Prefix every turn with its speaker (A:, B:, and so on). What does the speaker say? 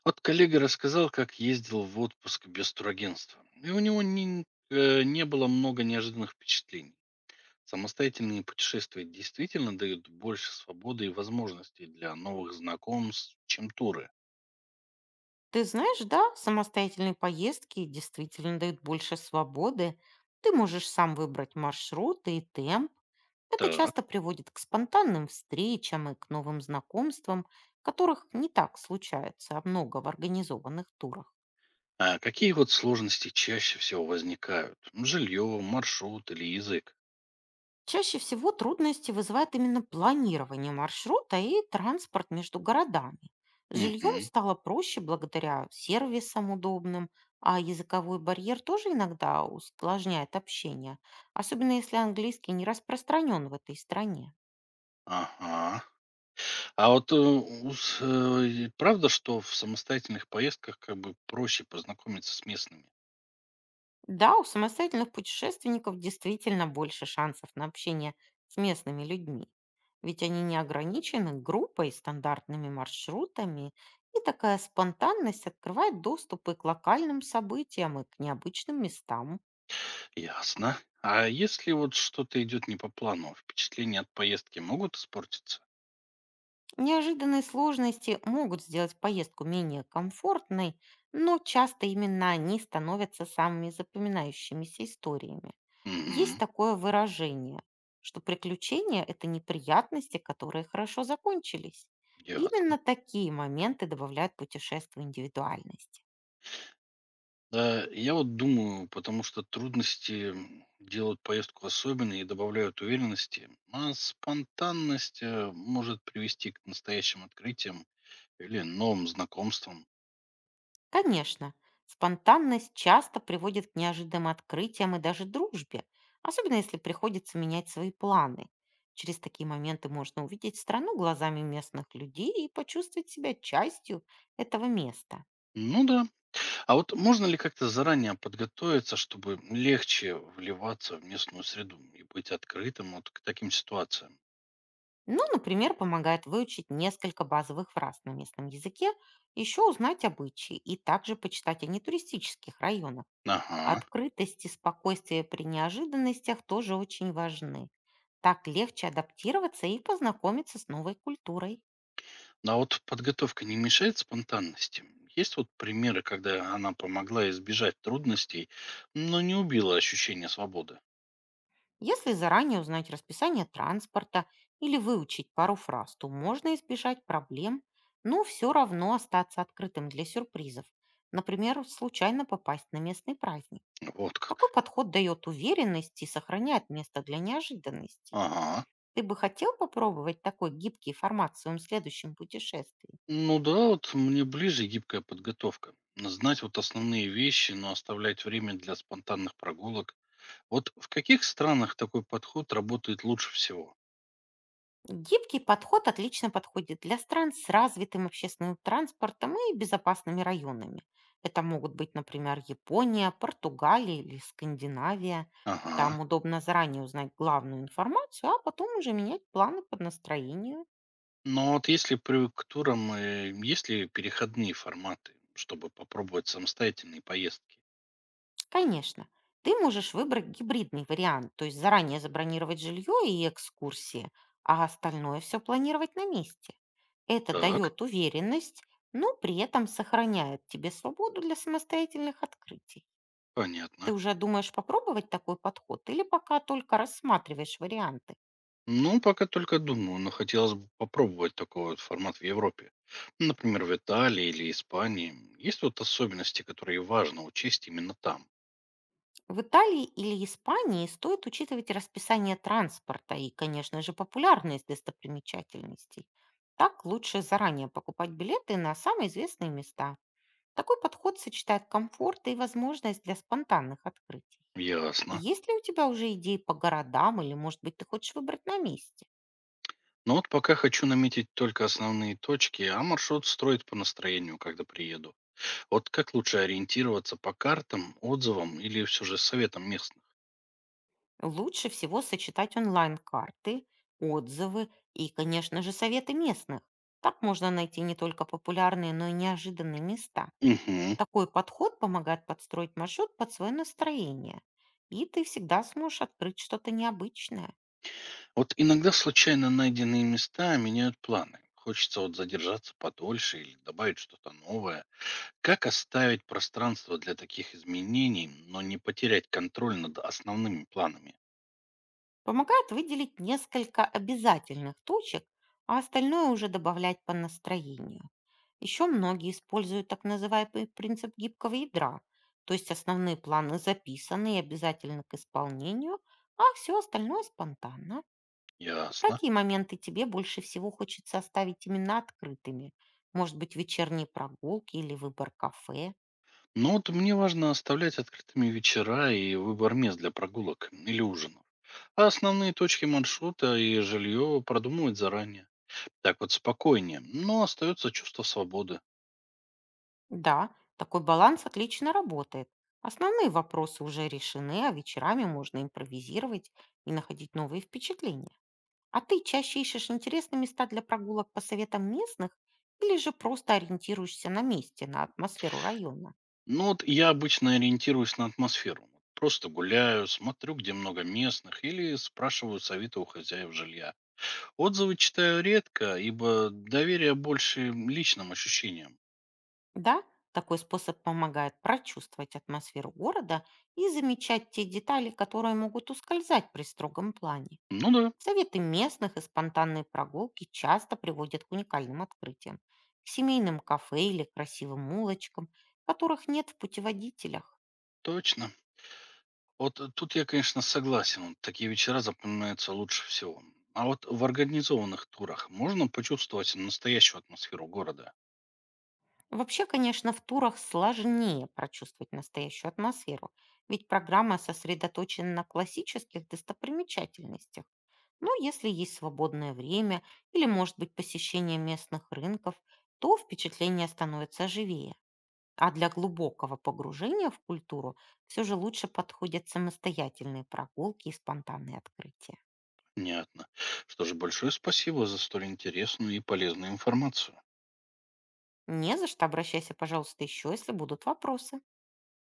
A: Вот коллега рассказал, как ездил в отпуск без турагентства. И у него не было много неожиданных впечатлений. Самостоятельные путешествия действительно дают больше свободы и возможностей для новых знакомств, чем туры.
B: Ты знаешь, да, самостоятельные поездки действительно дают больше свободы. Ты можешь сам выбрать маршруты и темп. Это
A: Так.
B: часто приводит к спонтанным встречам и к новым знакомствам, которых не так случается а много в организованных турах.
A: А какие вот сложности чаще всего возникают? Жилье, маршрут или язык?
B: Чаще всего трудности вызывает именно планирование маршрута и транспорт между городами. С жильем
A: Мгм.
B: стало проще благодаря сервисам удобным, а языковой барьер тоже иногда усложняет общение, особенно если английский не распространен в этой стране.
A: Ага. А вот правда, что в самостоятельных поездках как бы проще познакомиться с местными?
B: Да, у самостоятельных путешественников действительно больше шансов на общение с местными людьми, ведь они не ограничены группой, стандартными маршрутами, и такая спонтанность открывает доступы к локальным событиям и к необычным местам.
A: Ясно. А если вот что-то идет не по плану, а впечатления от поездки могут испортиться?
B: Неожиданные сложности могут сделать поездку менее комфортной, но часто именно они становятся самыми запоминающимися историями. Есть
A: Мгм.
B: такое выражение, что приключения — это неприятности, которые хорошо закончились.
A: Ясно.
B: Именно такие моменты добавляют путешествию индивидуальности.
A: Да, я вот думаю, потому что трудности делают поездку особенной и добавляют уверенности, а спонтанность может привести к настоящим открытиям или новым знакомствам.
B: Конечно, спонтанность часто приводит к неожиданным открытиям и даже дружбе, особенно если приходится менять свои планы. Через такие моменты можно увидеть страну глазами местных людей и почувствовать себя частью этого места.
A: Ну да. А вот можно ли как-то заранее подготовиться, чтобы легче вливаться в местную среду и быть открытым вот к таким ситуациям?
B: Ну, например, помогает выучить несколько базовых фраз на местном языке, еще узнать обычаи и также почитать о нетуристических районах.
A: Ага.
B: Открытость и спокойствие при неожиданностях тоже очень важны. Так легче адаптироваться и познакомиться с новой культурой.
A: А вот подготовка не мешает спонтанности? Есть вот примеры, когда она помогла избежать трудностей, но не убила ощущение свободы?
B: Если заранее узнать расписание транспорта или выучить пару фраз, то можно избежать проблем, но все равно остаться открытым для сюрпризов. Например, случайно попасть на местный праздник.
A: Вот
B: Такой
A: как.
B: подход дает уверенность и сохраняет место для неожиданностей.
A: Ага.
B: Ты бы хотел попробовать такой гибкий формат в своем следующем путешествии?
A: Ну да, вот мне ближе гибкая подготовка. Знать вот основные вещи, но оставлять время для спонтанных прогулок. Вот в каких странах такой подход работает лучше всего?
B: Гибкий подход отлично подходит для стран с развитым общественным транспортом и безопасными районами. Это могут быть, например, Япония, Португалия или Скандинавия.
A: Ага.
B: Там удобно заранее узнать главную информацию, а потом уже менять планы под настроение.
A: Но вот если привык к турам, есть ли переходные форматы, чтобы попробовать самостоятельные поездки?
B: Конечно. Ты можешь выбрать гибридный вариант, то есть заранее забронировать жилье и экскурсии, а остальное все планировать на месте. Это
A: Так,
B: дает уверенность, но при этом сохраняет тебе свободу для самостоятельных открытий.
A: понятно.
B: Ты уже думаешь попробовать такой подход или пока только рассматриваешь варианты?
A: Ну, пока только думаю, но хотелось бы попробовать такой вот формат в Европе. Ну, например, в Италии или Испании. Есть вот особенности, которые важно учесть именно там.
B: В Италии или Испании стоит учитывать расписание транспорта и, конечно же, популярность достопримечательностей. Так лучше заранее покупать билеты на самые известные места. Такой подход сочетает комфорт и возможность для спонтанных открытий.
A: Ясно.
B: Есть ли у тебя уже идеи по городам или, может быть, ты хочешь выбрать на месте?
A: Но вот пока хочу наметить только основные точки, а маршрут строить по настроению, когда приеду. Вот как лучше ориентироваться по картам, отзывам или все же советам местных?
B: Лучше всего сочетать онлайн-карты, отзывы и, конечно же, советы местных. Так можно найти не только популярные, но и неожиданные места.
A: Угу.
B: Такой подход помогает подстроить маршрут под свое настроение. И ты всегда сможешь открыть что-то необычное.
A: Вот иногда случайно найденные места меняют планы. Хочется вот задержаться подольше или добавить что-то новое. Как оставить пространство для таких изменений, но не потерять контроль над основными планами?
B: Помогает выделить несколько обязательных точек, а остальное уже добавлять по настроению. Еще многие используют так называемый принцип гибкого ядра, то есть основные планы записаны и обязательны к исполнению, а все остальное спонтанно.
A: Ясно.
B: Какие моменты тебе больше всего хочется оставить именно открытыми? Может быть, вечерние прогулки или выбор кафе?
A: Но вот мне важно оставлять открытыми вечера и выбор мест для прогулок или ужинов. А основные точки маршрута и жилье продумывать заранее. Так вот спокойнее, но остается чувство свободы.
B: Да, такой баланс отлично работает. Основные вопросы уже решены, а вечерами можно импровизировать и находить новые впечатления. А ты чаще ищешь интересные места для прогулок по советам местных или же просто ориентируешься на месте, на атмосферу района?
A: Ну вот я обычно ориентируюсь на атмосферу. Просто гуляю, смотрю, где много местных, или спрашиваю совета у хозяев жилья. Отзывы читаю редко, ибо доверие больше личным ощущениям.
B: Да, такой способ помогает прочувствовать атмосферу города и замечать те детали, которые могут ускользать при строгом плане.
A: Ну да,
B: Советы местных и спонтанные прогулки часто приводят к уникальным открытиям, к семейным кафе или красивым улочкам, которых нет в путеводителях.
A: точно. Вот тут я, конечно, согласен. Вот такие вечера запоминаются лучше всего. А вот в организованных турах можно почувствовать настоящую атмосферу города.
B: Вообще, конечно, в турах сложнее прочувствовать настоящую атмосферу, ведь программа сосредоточена на классических достопримечательностях. Но если есть свободное время или, может быть, посещение местных рынков, то впечатление становится живее. А для глубокого погружения в культуру все же лучше подходят самостоятельные прогулки и спонтанные открытия.
A: Понятно. Что же, большое спасибо за столь интересную и полезную информацию.
B: Не за что, обращайся, пожалуйста, еще, если будут вопросы.